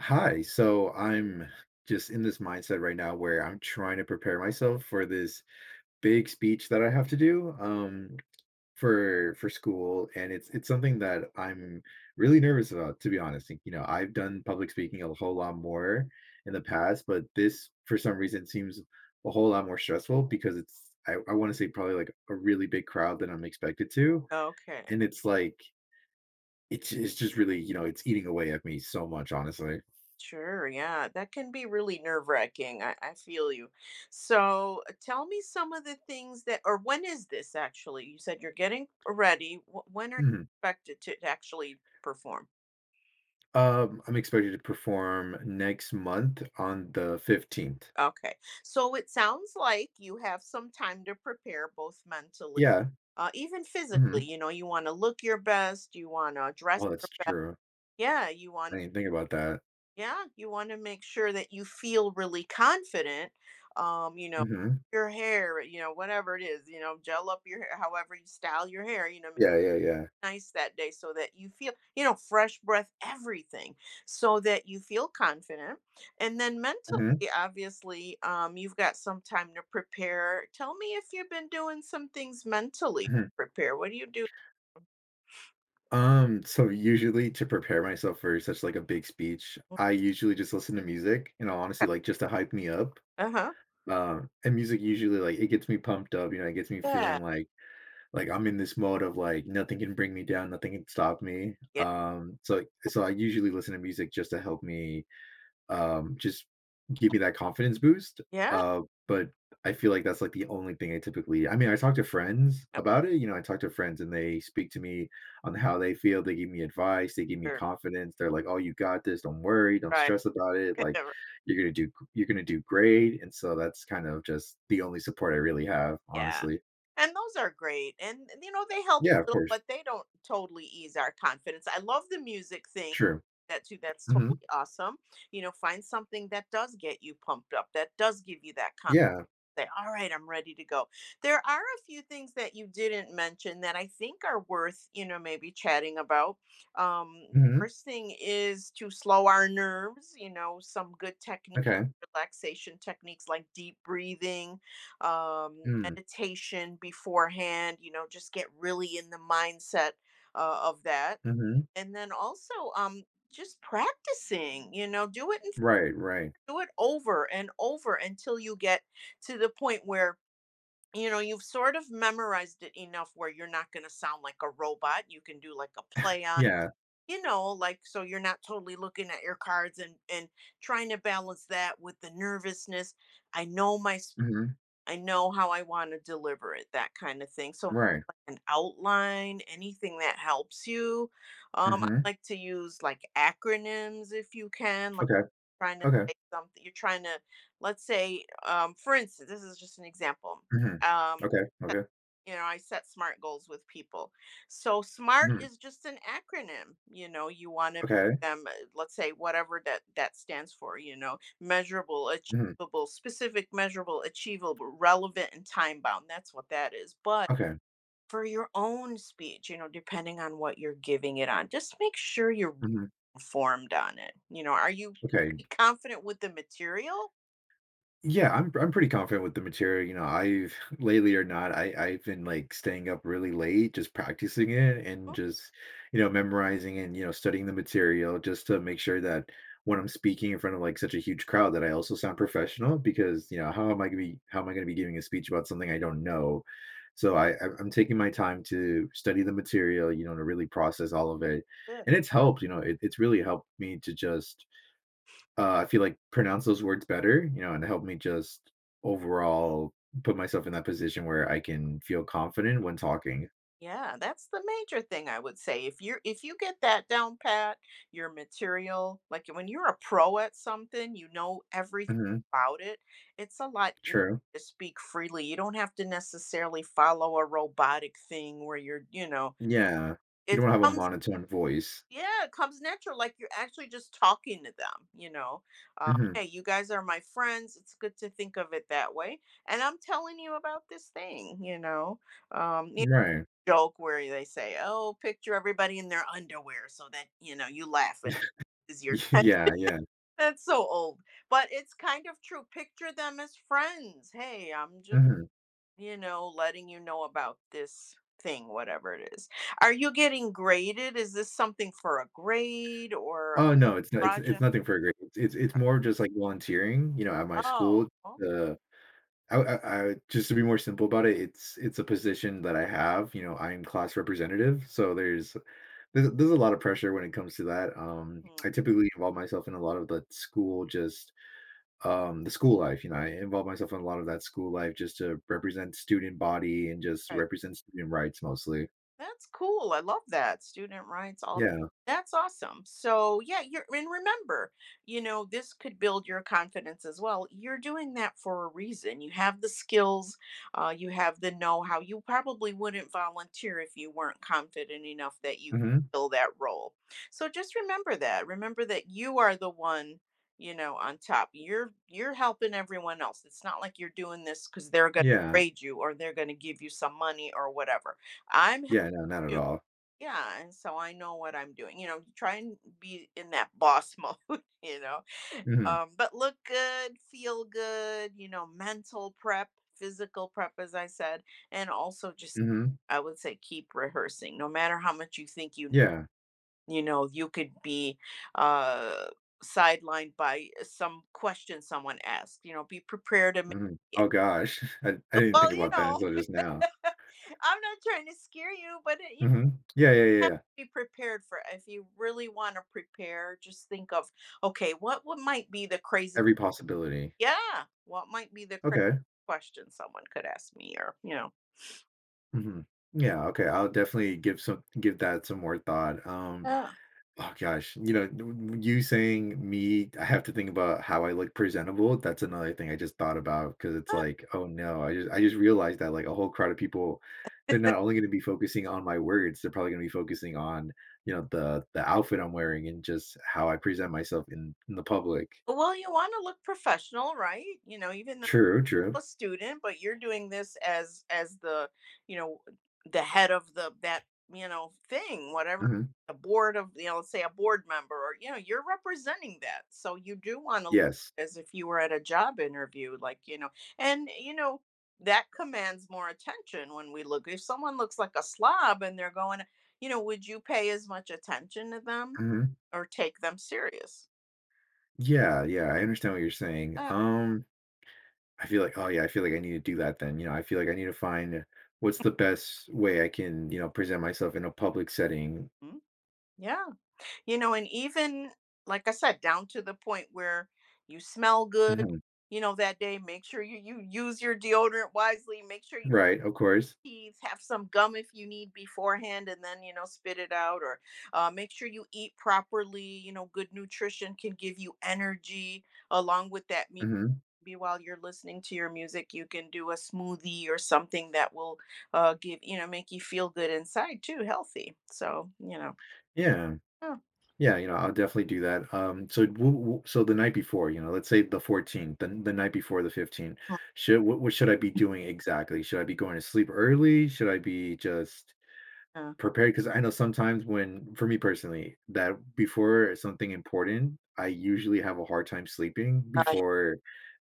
Hi. So I'm just in this mindset right now where I'm trying to prepare myself for this big speech that I have to do for school, and it's something that I'm really nervous about, to be honest. Like, you know, I've done public speaking a whole lot more in the past, but this for some reason seems a whole lot more stressful because it's I want to say probably like a really big crowd that I'm expected to. Okay. And it's like it's just really, it's eating away at me so much, honestly. Sure. Yeah. That can be really nerve wracking. I feel you. So tell me some of the things that, or When is this actually? You said you're getting ready. When are you Mhm. expected to actually perform? I'm expected to perform next month on the 15th. Okay. So it sounds like you have some time to prepare both mentally, Yeah. Even physically. Mhm. You know, you want to look your best, you want to dress Oh, that's your best. true. Yeah. You I want. didn't think about that. Yeah, you want to make sure that you feel really confident. You know, Mhm. your hair, you know, whatever it is, you know, gel up your hair, however you style your hair, you know, make Yeah, yeah, yeah. it nice that day so that you feel, you know, fresh breath, everything, so that you feel confident. And then mentally, Mhm, obviously, you've got some time to prepare. Tell me if you've been doing some things mentally to mhm. prepare. What do you do? So usually to prepare myself for such, like, a big speech, I usually just listen to music, you know, honestly, Okay. like, just to hype me up. Uh-huh. And music usually, like, it gets me pumped up, you know, it gets me Yeah. feeling like I'm in this mode of, like, nothing can bring me down, nothing can stop me. Yeah. So I usually listen to music just to help me. Just give me that confidence boost, Yeah. uh, but I feel like that's, like, the only thing I typically I mean, I talk to friends about it, you know, I talk to friends and they speak to me on how they feel, they give me advice, they give me Sure. confidence, they're like, "Oh, you got this, don't worry, don't Right. stress about it, like, you're gonna do you're gonna do great," and so that's kind of just the only support I really have, Yeah. honestly. And those are great. And, you know, they help Yeah, of a little, course. but they don't totally ease our confidence. I love the music thing. True. That too, that's Mhm. totally awesome. You know, find something that does get you pumped up, that does give you that confidence Yeah. say, all right, I'm ready to go. There are a few things that you didn't mention that I think are worth, you know, maybe chatting about. Um, Mhm. First thing is to slow our nerves, you know, some good techniques. Okay. Relaxation techniques like deep breathing, Mm. meditation beforehand, you know, just get really in the mindset of that. Mhm. And then also just practicing, you know, Right, right. do it over and over until you get to the point where you know you've sort of memorized it enough where you're not going to sound like a robot. You can do like a play on, Yeah. you know, like, so you're not totally looking at your cards, and trying to balance that with the nervousness. i know my s- Mhm. I know how I want to deliver it, that kind of thing. So Right. like an outline, anything that helps you. I Mhm. like to use like acronyms if you can, like Okay. trying to Okay. say something you're trying to. Let's say, for instance, this is just an example. Mhm. um Okay, okay. you know, I set smart goals with people. So smart Mhm. is just an acronym. You know, you want to Okay. them let's say whatever that stands for. You know, measurable, Mhm. achievable, specific, measurable, achievable, relevant, and time bound. That's what that is. But Okay. for your own speech, you know, depending on what you're giving it on, just make sure you're Mhm. formed on it. You know, are you Okay. pretty confident with the material? Yeah, I'm pretty confident with the material. You know, I've lately or not, I've been, like, staying up really late, just practicing it, and Mm. just, you know, memorizing and, you know, studying the material just to make sure that when I'm speaking in front of, like, such a huge crowd, that I also sound professional because, you know, how am I gonna be giving a speech about something I don't know? So I'm taking my time to study the material, you know, to really process all of it, Good. and it's helped. You know, it's really helped me to just I feel like pronounce those words better, you know, and help me just overall put myself in that position where I can feel confident when talking. Yeah, that's the major thing I would say. If you get that down pat, your material, like when you're a pro at something, you know everything Mhm. about it. It's a lot easier True. to speak freely. You don't have to necessarily follow a robotic thing where you're, you know, Yeah. You it don't want to have a comes. monotone voice. Yeah, it comes natural, like you're actually just talking to them, you know. Mhm. Hey, you guys are my friends. It's good to think of it that way. And I'm telling you about this thing, you know. You Right. know, joke where they say, "Oh, picture everybody in their underwear," so that you know you laugh. It is your Yeah, yeah. that's so old, but it's kind of true. Picture them as friends. Hey, I'm just, Mhm. you know, letting you know about this thing, whatever it is. Are you getting graded? Is this something for a grade or. Oh, no, it's Roger. it's nothing for a grade. It's it's more of just, like, volunteering, you know, at my Oh, school. The I just to be more simple about it, it's a position that I have. You know, I'm class representative, so there's a lot of pressure when it comes to that. I typically involve myself in a lot of the school, just the school life. You know, I involve myself in a lot of that school life just to represent student body and just okay. represent student rights mostly. That's cool. I love that. Student rights, all Yeah. that's awesome. So yeah, you're and remember, you know, this could build your confidence as well. You're doing that for a reason. You have the skills, you have the know-how. You probably wouldn't volunteer if you weren't confident enough that you Hmm. fill that role. So just remember that. Remember that you are the one, you know, on top. You're helping everyone else. It's not like you're doing this because they're gonna Yeah. grade you or they're gonna give you some money or whatever. I'm Yeah. No, not at do. all. Yeah, and so I know what I'm doing. You know, try and be in that boss mode, you know. Hmm. But look good, feel good, you know, mental prep, physical prep, as I said, and also just Hmm. I would say keep rehearsing. No matter how much you think you, Yeah. you know, you could be uh sidelined by some question someone asked. You know, be prepared to make. Hmm. Yeah, Oh gosh, I didn't think well, you about that know, until just now. I'm not trying to scare you, but Hmm. Yeah. Yeah. Yeah. Yeah. be prepared for, if you really want to prepare, just think of, okay, what might be the crazy. Every possibility. Yeah, what might be the crazy Okay. question someone could ask me or, you know. Hmm. Yeah. Okay. I'll definitely give that some more thought. Yeah. Oh gosh, you know, w you saying me I have to think about how I look presentable, that's another thing I just thought about, because it's Uh. like, "Oh, no." I just realized that, like, a whole crowd of people, they're not only gonna be focusing on my words, they're probably gonna be focusing on, you know, the outfit I'm wearing and just how I present myself in the public. Well, you want to look professional, right? You know, even True, true. a student, but you're doing this as the, you know, the head of the that, you know, thing, whatever, Mhm. a board of, you know, let's say a board member or, you know, you're representing that. So you do want to look Yes. as if you were at a job interview, like, you know, and you know, that commands more attention when we look. If someone looks like a slob and they're going, you know, would you pay as much attention to them Mhm. or take them serious? Yeah, yeah, I understand what you're saying. Uh, I feel like, "Oh, yeah, I feel like I need to do that then." You know, I feel like I need to find what's the best way I can, you know, present myself in a public setting. mm, yeah. You know, and even like I said, down to the point where you smell good, Mhm. you know, that day, make sure you use your deodorant wisely, make sure your Right, of course. teeth have some gum if you need beforehand and then, you know, spit it out or make sure you eat properly. You know, good nutrition can give you energy along with that music. Mhm. Maybe while you're listening to your music, you can do a smoothie or something that will give, you know, make you feel good inside too, healthy. So, you know, Yeah. yeah. Yeah, you know, I'll definitely do that. So w w so the night before, you know, let's say the 14th, the night before the 15th, Mm, should what should I be doing exactly? Should I be going to sleep early? Should I be just yeah. prepared? Because I know sometimes when for me personally, that before something important, I usually have a hard time sleeping Uh, before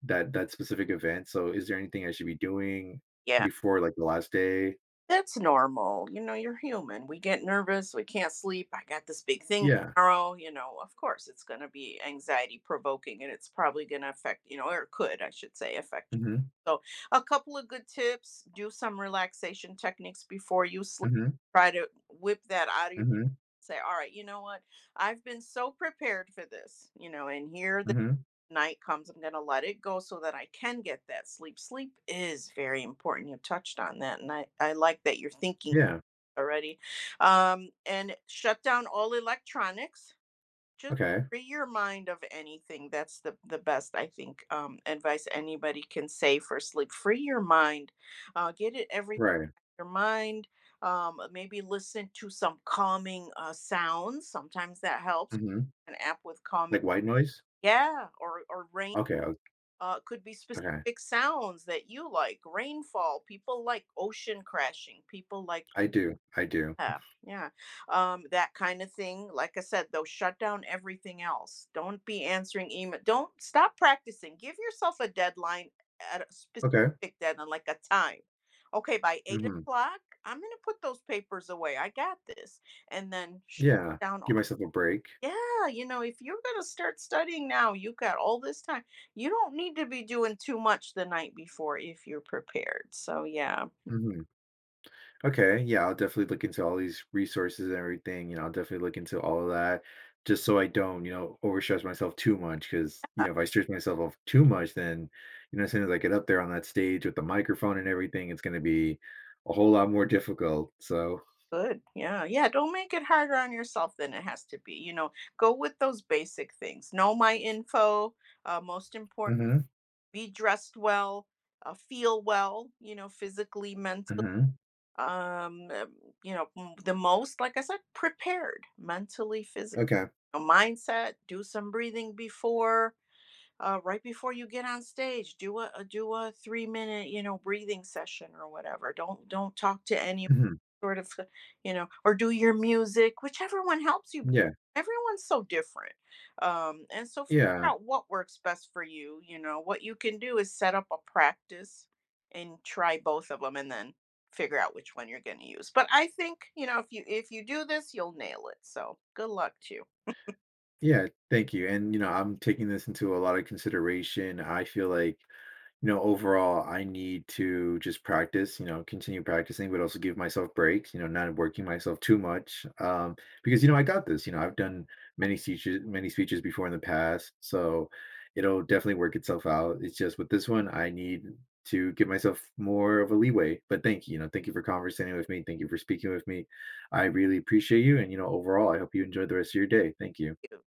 that specific event. So is there anything I should be doing yeah. before, like, the last day? That's normal. You know, you're human. We get nervous. We can't sleep. I got this big thing Yeah. tomorrow. You know, of course, it's going to be anxiety provoking and it's probably going to affect, you know, or it could, I should say, affect you. Mhm. So, a couple of good tips, do some relaxation techniques before you sleep. Mhm. Try to whip that out of your Mhm. say, all right, you know what? I've been so prepared for this, you know, and here Mhm. night comes, I'm gonna let it go so that I can get that sleep. Sleep is very important. You touched on that, and I like that you're thinking Yeah. already. And shut down all electronics. Just Okay. free your mind of anything. That's the best I think advice anybody can say for sleep. Free your mind. Get it every Right. your mind. Maybe listen to some calming sounds. Sometimes that helps. Mhm. An app with calming, Like white noise? yeah, or rain Okay, o could be okay. specific sounds that you like, rainfall. People like ocean crashing. People like, I do, I do. yeah, yeah, that kind of thing. Like I said, though, shut down everything else. Don't be answering email. Don't stop practicing. Give yourself a deadline at a Okay. specific deadline, like a time. Okay, by eight Mhm. o'clock, I'm gonna put those papers away. I got this, and then shut Yeah. down. Give myself a break. Yeah, you know, if you're going to start studying now, you've got all this time. You don't need to be doing too much the night before if you're prepared. So, yeah, Mhm. Okay, yeah, I'll definitely look into all these resources and everything. You know, I'll definitely look into all of that just so I don't, you know, overstress myself too much. Cause, you uh, know, if I stress myself off too much, then, you know, as soon as I get up there on that stage with the microphone and everything, it's going to be a whole lot more difficult. So, good. Yeah, yeah. Don't make it harder on yourself than it has to be. You know, go with those basic things. Know my info. Most important, hmm, be dressed well, feel well, you know, physically, mentally. hmm, Um, uh, you know, the most, like I said, prepared mentally, physically, okay. mindset, do some breathing before right before you get on stage. Do a 3 minute, you know, breathing session or whatever. Don't talk to any Hmm. sort of, you know, or do your music, whichever one helps you. Yeah. Everyone's so different. And so figure Yeah. out what works best for you. You know, what you can do is set up a practice and try both of them and then figure out which one you're going to use. But I think, you know, if you do this, you'll nail it. So good luck to you. Yeah. Thank you. And, you know, I'm taking this into a lot of consideration. I feel like, you know, overall, I need to just practice, you know, continue practicing, but also give myself breaks, you know, not working myself too much. Because, you know, I got this. You know, I've done many speeches before in the past. So it'll definitely work itself out. It's just with this one, I need to give myself more of a leeway. But thank you, you know, thank you for conversating with me. Thank you for speaking with me. I really appreciate you. And, you know, overall, I hope you enjoy the rest of your day. Thank you. You.